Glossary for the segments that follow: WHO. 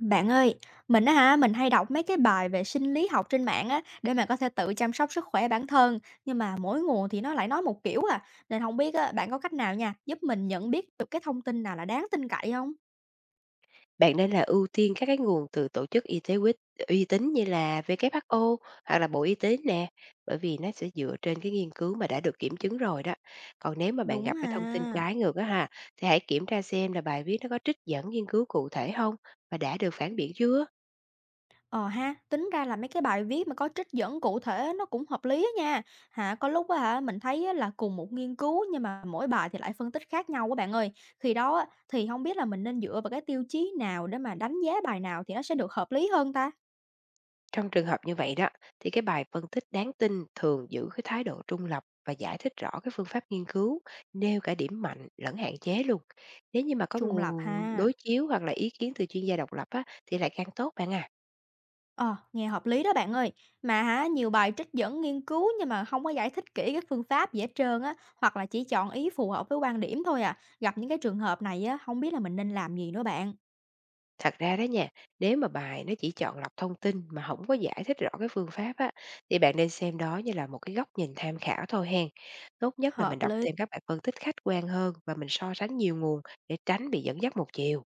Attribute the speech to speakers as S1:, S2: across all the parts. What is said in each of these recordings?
S1: Bạn ơi, mình á hả, mình hay đọc mấy cái bài về sinh lý học trên mạng á để mà có thể tự chăm sóc sức khỏe bản thân, nhưng mà mỗi nguồn thì nó lại nói một kiểu à, nên không biết á bạn có cách nào nha, giúp mình nhận biết được cái thông tin nào là đáng tin cậy không?
S2: Bạn nên là ưu tiên các cái nguồn từ tổ chức y tế uy tín như là WHO hoặc là Bộ Y tế nè, bởi vì nó sẽ dựa trên cái nghiên cứu mà đã được kiểm chứng rồi đó. Còn nếu mà bạn
S1: Đúng
S2: gặp cái thông tin
S1: ha.
S2: trái ngược á ha, thì hãy kiểm tra xem là bài viết nó có trích dẫn nghiên cứu cụ thể không và đã được phản biện chưa.
S1: Ờ ha, tính ra là mấy cái bài viết mà có trích dẫn cụ thể nó cũng hợp lý á nha. Hả, có lúc á hả mình thấy á, là cùng một nghiên cứu nhưng mà mỗi bài thì lại phân tích khác nhau quá bạn ơi. Khi đó á, thì không biết là mình nên dựa vào cái tiêu chí nào để mà đánh giá bài nào thì nó sẽ được hợp lý hơn ta?
S2: Trong trường hợp như vậy đó, thì cái bài phân tích đáng tin thường giữ cái thái độ trung lập và giải thích rõ cái phương pháp nghiên cứu, nêu cả điểm mạnh lẫn hạn chế luôn. Nếu như mà có
S1: Trung lập
S2: nguồn
S1: ha.
S2: đối chiếu hoặc là ý kiến từ chuyên gia độc lập á, thì lại càng tốt bạn à.
S1: Ờ, nghe hợp lý đó bạn ơi. Mà hả, nhiều bài trích dẫn nghiên cứu nhưng mà không có giải thích kỹ cái phương pháp gì hết trơn á, hoặc là chỉ chọn ý phù hợp với quan điểm thôi à. Gặp những cái trường hợp này á, không biết là mình nên làm gì nữa bạn.
S2: Thật ra đó nha, nếu mà bài nó chỉ chọn lọc thông tin mà không có giải thích rõ cái phương pháp á, thì bạn nên xem đó như là một cái góc nhìn tham khảo thôi hen. Tốt nhất là mình
S1: Hợp
S2: đọc
S1: lý.
S2: thêm các bài phân tích khách quan hơn và mình so sánh nhiều nguồn để tránh bị dẫn dắt một chiều.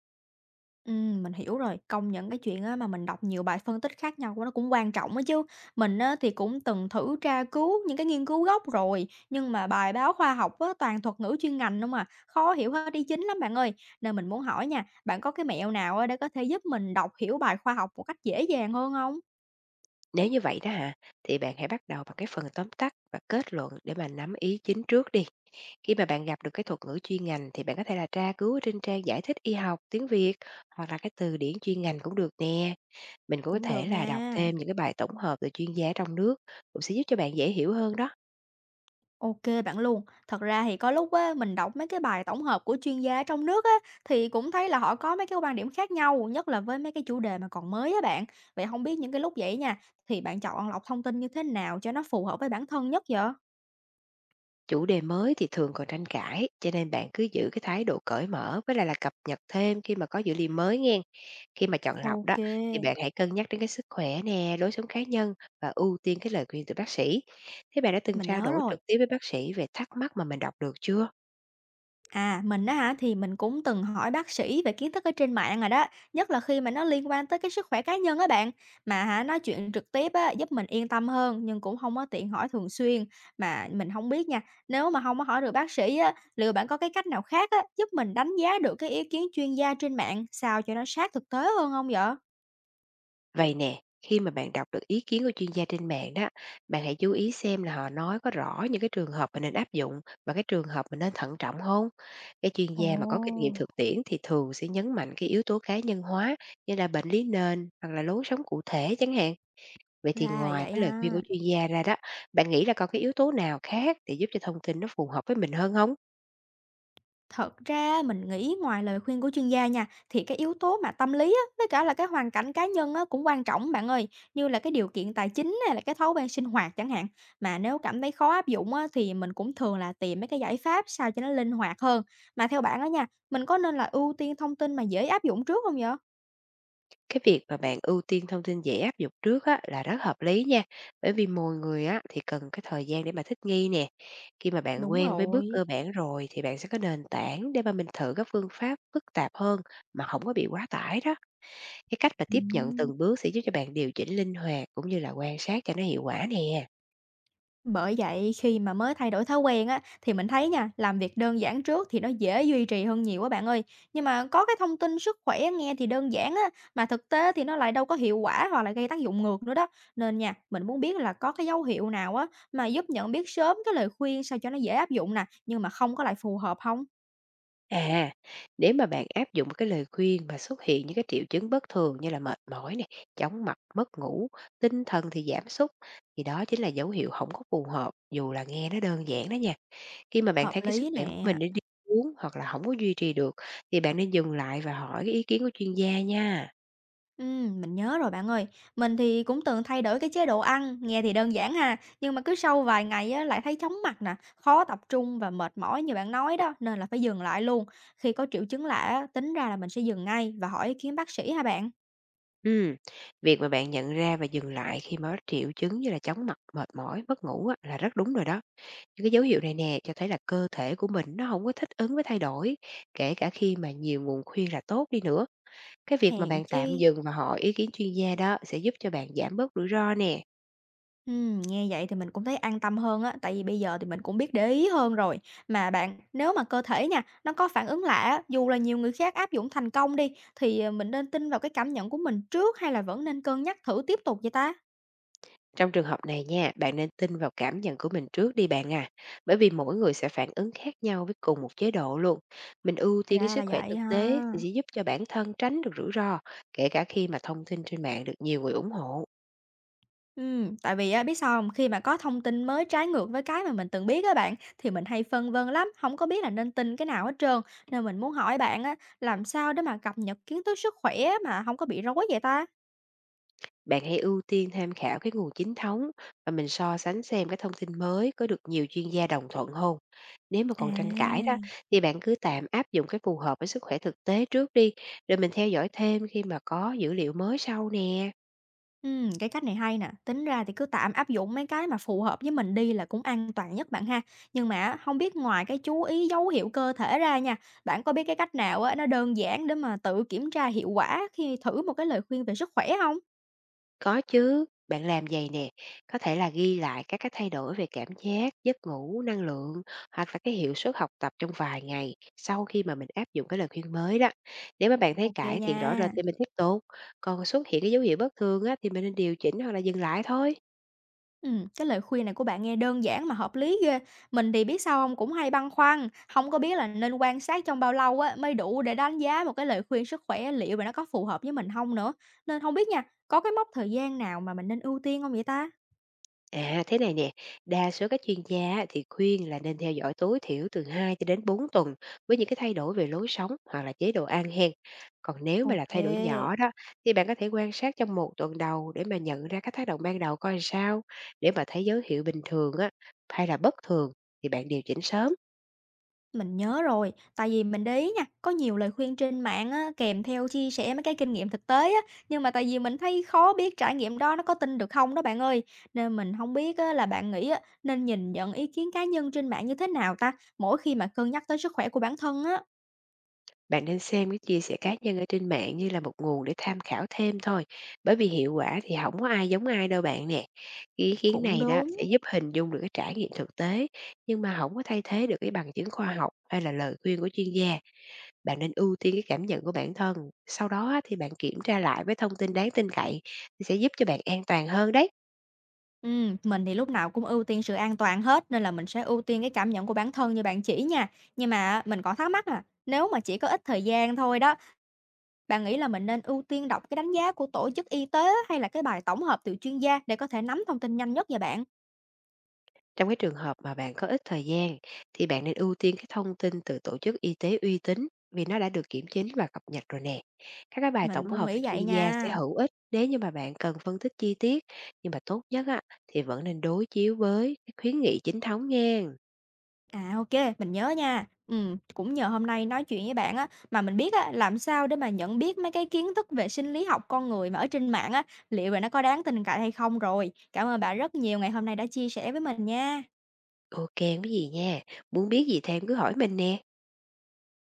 S1: Mình hiểu rồi. Công nhận cái chuyện á mà mình đọc nhiều bài phân tích khác nhau của nó cũng quan trọng á chứ. Mình á thì cũng từng thử tra cứu những cái nghiên cứu gốc rồi, nhưng mà bài báo khoa học á toàn thuật ngữ chuyên ngành không à, khó hiểu hết đi chính lắm bạn ơi. Nên mình muốn hỏi nha, bạn có cái mẹo nào á để có thể giúp mình đọc hiểu bài khoa học một cách dễ dàng hơn không?
S2: Nếu như vậy đó hả, thì bạn hãy bắt đầu bằng cái phần tóm tắt và kết luận để mà nắm ý chính trước đi. Khi mà bạn gặp được cái thuật ngữ chuyên ngành thì bạn có thể là tra cứu ở trên trang giải thích y học tiếng Việt hoặc là cái từ điển chuyên ngành cũng được nè. Mình cũng có
S1: Cũng
S2: thể
S1: được
S2: là đọc
S1: nha.
S2: thêm những cái bài tổng hợp từ chuyên gia trong nước cũng sẽ giúp cho bạn dễ hiểu hơn đó.
S1: OK bạn luôn. Thật ra thì có lúc á, mình đọc mấy cái bài tổng hợp của chuyên gia trong nước á, thì cũng thấy là họ có mấy cái quan điểm khác nhau, nhất là với mấy cái chủ đề mà còn mới á bạn. Vậy không biết những cái lúc vậy nha, thì bạn chọn lọc thông tin như thế nào cho nó phù hợp với bản thân nhất vậy?
S2: Chủ đề mới thì thường còn tranh cãi, cho nên bạn cứ giữ cái thái độ cởi mở với lại là cập nhật thêm khi mà có dữ liệu mới nghe. Khi mà chọn lọc đó,
S1: OK,
S2: thì bạn hãy cân nhắc đến cái sức khỏe nè, lối sống cá nhân và ưu tiên cái lời khuyên từ bác sĩ. Thế bạn đã từng
S1: mình
S2: trao
S1: nhớ
S2: đổi
S1: rồi.
S2: trực tiếp với bác sĩ về thắc mắc mà mình đọc được chưa?
S1: À, mình á hả, thì mình cũng từng hỏi bác sĩ về kiến thức ở trên mạng rồi đó, nhất là khi mà nó liên quan tới cái sức khỏe cá nhân á bạn. Mà hả, nói chuyện trực tiếp á, giúp mình yên tâm hơn, nhưng cũng không có tiện hỏi thường xuyên, mà mình không biết nha. Nếu mà không có hỏi được bác sĩ á, liệu bạn có cái cách nào khác á, giúp mình đánh giá được cái ý kiến chuyên gia trên mạng sao cho nó sát thực tế hơn không vậy?
S2: Vậy nè, khi mà bạn đọc được ý kiến của chuyên gia trên mạng đó, bạn hãy chú ý xem là họ nói có rõ những cái trường hợp mình nên áp dụng và cái trường hợp mình nên thận trọng không. Cái chuyên gia mà có kinh
S1: Ồ,
S2: nghiệm thực tiễn thì thường sẽ nhấn mạnh cái yếu tố cá nhân hóa, như là bệnh lý nền hoặc là lối sống cụ thể chẳng hạn. Vậy
S1: ra
S2: thì
S1: là
S2: ngoài
S1: vậy
S2: cái lời khuyên
S1: ha.
S2: của chuyên gia ra đó, bạn nghĩ là còn cái yếu tố nào khác để giúp cho thông tin nó phù hợp với mình hơn không?
S1: Thật ra mình nghĩ ngoài lời khuyên của chuyên gia nha, thì cái yếu tố mà tâm lý á, với cả là cái hoàn cảnh cá nhân á, cũng quan trọng bạn ơi, như là cái điều kiện tài chính hay là cái thói quen sinh hoạt chẳng hạn. Mà nếu cảm thấy khó áp dụng á, thì mình cũng thường là tìm mấy cái giải pháp sao cho nó linh hoạt hơn. Mà theo bạn á nha, mình có nên là ưu tiên thông tin mà dễ áp dụng trước không vậy?
S2: Cái việc mà bạn ưu tiên thông tin dễ áp dụng trước á, là rất hợp lý nha, bởi vì mỗi người á, thì cần cái thời gian để mà thích nghi nè. Khi mà bạn
S1: Đúng
S2: quen với bước
S1: rồi.
S2: cơ bản rồi thì bạn sẽ có nền tảng để mà mình thử các phương pháp phức tạp hơn mà không có bị quá tải đó. Cái cách mà tiếp nhận
S1: Ừm.
S2: từng bước sẽ giúp cho bạn điều chỉnh linh hoạt cũng như là quan sát cho nó hiệu quả nè.
S1: Bởi vậy khi mà mới thay đổi thói quen á, thì mình thấy nha, làm việc đơn giản trước thì nó dễ duy trì hơn nhiều á bạn ơi. Nhưng mà có cái thông tin sức khỏe nghe thì đơn giản á, mà thực tế thì nó lại đâu có hiệu quả hoặc là gây tác dụng ngược nữa đó. Nên nha, mình muốn biết là có cái dấu hiệu nào á mà giúp nhận biết sớm cái lời khuyên sao cho nó dễ áp dụng nè, nhưng mà không có lại phù hợp không?
S2: À, nếu mà bạn áp dụng cái lời khuyên mà xuất hiện những cái triệu chứng bất thường như là mệt mỏi này, chóng mặt, mất ngủ, tinh thần thì giảm sút, thì đó chính là dấu hiệu không có phù hợp, dù là nghe nó đơn giản đó nha. Khi mà bạn
S1: Hợp
S2: thấy cái sức
S1: lý
S2: khỏe của
S1: nè.
S2: mình nó đi xuống hoặc là không có duy trì được, thì bạn nên dừng lại và hỏi cái ý kiến của chuyên gia nha.
S1: Mình nhớ rồi bạn ơi. Mình thì cũng từng thay đổi cái chế độ ăn, nghe thì đơn giản ha, nhưng mà cứ sau vài ngày á, lại thấy chóng mặt nè, khó tập trung và mệt mỏi như bạn nói đó, nên là phải dừng lại luôn. Khi có triệu chứng lạ á, tính ra là mình sẽ dừng ngay và hỏi ý kiến bác sĩ ha bạn.
S2: Ừ. Việc mà bạn nhận ra và dừng lại khi mà có triệu chứng như là chóng mặt, mệt mỏi, mất ngủ á, là rất đúng rồi đó. Những cái dấu hiệu này nè cho thấy là cơ thể của mình nó không có thích ứng với thay đổi, kể cả khi mà nhiều nguồn khuyên là tốt đi nữa. Cái việc mà
S1: Hèn
S2: bạn
S1: chi.
S2: tạm dừng và hỏi ý kiến chuyên gia đó sẽ giúp cho bạn giảm bớt rủi ro nè.
S1: Nghe vậy thì mình cũng thấy an tâm hơn á, tại vì bây giờ thì mình cũng biết để ý hơn rồi. Mà bạn, nếu mà cơ thể nha, nó có phản ứng lạ á, dù là nhiều người khác áp dụng thành công đi, thì mình nên tin vào cái cảm nhận của mình trước hay là vẫn nên cân nhắc thử tiếp tục vậy ta?
S2: Trong trường hợp này nha, bạn nên tin vào cảm nhận của mình trước đi bạn à, bởi vì mỗi người sẽ phản ứng khác nhau với cùng một chế độ luôn. Mình ưu tiên cái
S1: Ra
S2: sức
S1: là
S2: khỏe
S1: vậy
S2: thực tế thì
S1: ha.
S2: sẽ giúp cho bản thân tránh được rủi ro, kể cả khi mà thông tin trên mạng được nhiều người ủng hộ.
S1: Tại vì á, biết sao không? Khi mà có thông tin mới trái ngược với cái mà mình từng biết á bạn, thì mình hay phân vân lắm, không có biết là nên tin cái nào hết trơn. Nên mình muốn hỏi bạn á, làm sao để mà cập nhật kiến thức sức khỏe mà không có bị rối vậy ta?
S2: Bạn hãy ưu tiên tham khảo cái nguồn chính thống và mình so sánh xem cái thông tin mới có được nhiều chuyên gia đồng thuận không. Nếu mà còn tranh cãi
S1: À.
S2: đó, thì bạn cứ tạm áp dụng cái phù hợp với sức khỏe thực tế trước đi, rồi mình theo dõi thêm khi mà có dữ liệu mới sau nè.
S1: Cái cách này hay nè, tính ra thì cứ tạm áp dụng mấy cái mà phù hợp với mình đi là cũng an toàn nhất bạn ha. Nhưng mà á, hông biết ngoài cái chú ý dấu hiệu cơ thể ra nha, bạn có biết cái cách nào á, nó đơn giản để mà tự kiểm tra hiệu quả khi thử một cái lời khuyên về sức khỏe không?
S2: Có chứ, bạn làm vầy nè, có thể là ghi lại các cái thay đổi về cảm giác, giấc ngủ, năng lượng hoặc là cái hiệu suất học tập trong vài ngày sau khi mà mình áp dụng cái lời khuyên mới đó. Nếu mà bạn thấy
S1: OK
S2: cải thiện rõ
S1: nha.
S2: rệt thì mình tiếp tục, còn xuất hiện cái dấu hiệu bất thường á, thì mình nên điều chỉnh hoặc là dừng lại thôi.
S1: Ừ, cái lời khuyên này của bạn nghe đơn giản mà hợp lý ghê. Mình thì biết sao không? Cũng hay băn khoăn, không có biết là nên quan sát trong bao lâu á mới đủ để đánh giá một cái lời khuyên sức khỏe liệu mà nó có phù hợp với mình không nữa. Nên không biết nha, có cái mốc thời gian nào mà mình nên ưu tiên không vậy ta?
S2: À, thế này nè, đa số các chuyên gia á, thì khuyên là nên theo dõi tối thiểu từ 2 cho đến 4 tuần với những cái thay đổi về lối sống hoặc là chế độ ăn hen. Còn nếu mà là thay đổi
S1: OK.
S2: nhỏ đó, thì bạn có thể quan sát trong 1 tuần đầu để mà nhận ra các tác động ban đầu, coi làm sao để mà thấy dấu hiệu bình thường á hay là bất thường, thì bạn điều chỉnh sớm.
S1: Mình nhớ rồi, tại vì mình để ý nha, có nhiều lời khuyên trên mạng á, kèm theo chia sẻ mấy cái kinh nghiệm thực tế á, nhưng mà tại vì mình thấy khó biết trải nghiệm đó nó có tin được không đó bạn ơi, nên mình không biết á, là bạn nghĩ á, nên nhìn nhận ý kiến cá nhân trên mạng như thế nào ta, mỗi khi mà cân nhắc tới sức khỏe của bản thân á?
S2: Bạn nên xem cái chia sẻ cá nhân ở trên mạng như là một nguồn để tham khảo thêm thôi, bởi vì hiệu quả thì không có ai giống ai đâu bạn nè. Cái ý kiến
S1: Cũng
S2: này đó sẽ
S1: đúng.
S2: giúp hình dung được cái trải nghiệm thực tế, nhưng mà không có thay thế được cái bằng chứng khoa học hay là lời khuyên của chuyên gia. Bạn nên ưu tiên cái cảm nhận của bản thân, sau đó á thì bạn kiểm tra lại với thông tin đáng tin cậy thì sẽ giúp cho bạn an toàn hơn đấy.
S1: Mình thì lúc nào cũng ưu tiên sự an toàn hết nên là mình sẽ ưu tiên cái cảm nhận của bản thân như bạn chỉ nha. Nhưng mà mình còn thắc mắc à, nếu mà chỉ có ít thời gian thôi đó, bạn nghĩ là mình nên ưu tiên đọc cái đánh giá của tổ chức y tế hay là cái bài tổng hợp từ chuyên gia để có thể nắm thông tin nhanh nhất vậy bạn?
S2: Trong cái trường hợp mà bạn có ít thời gian thì bạn nên ưu tiên cái thông tin từ tổ chức y tế uy tín, vì nó đã được kiểm chứng và cập nhật rồi nè. Các cái bài
S1: Mình
S2: tổng
S1: cũng
S2: hợp từ
S1: nghĩ vậy
S2: chuyên gia sẽ
S1: nha.
S2: hữu ích nếu như mà bạn cần phân tích chi tiết, nhưng mà tốt nhất á, thì vẫn nên đối chiếu với cái khuyến nghị chính thống nghe.
S1: À, OK, mình nhớ nha. Ừ, cũng nhờ hôm nay nói chuyện với bạn á mà mình biết á làm sao để mà nhận biết mấy cái kiến thức về sinh lý học con người mà ở trên mạng á, liệu là nó có đáng tin cậy hay không rồi. Cảm ơn bạn rất nhiều ngày hôm nay đã chia sẻ với mình nha.
S2: OK cái gì nha, muốn biết gì thêm cứ hỏi mình nè.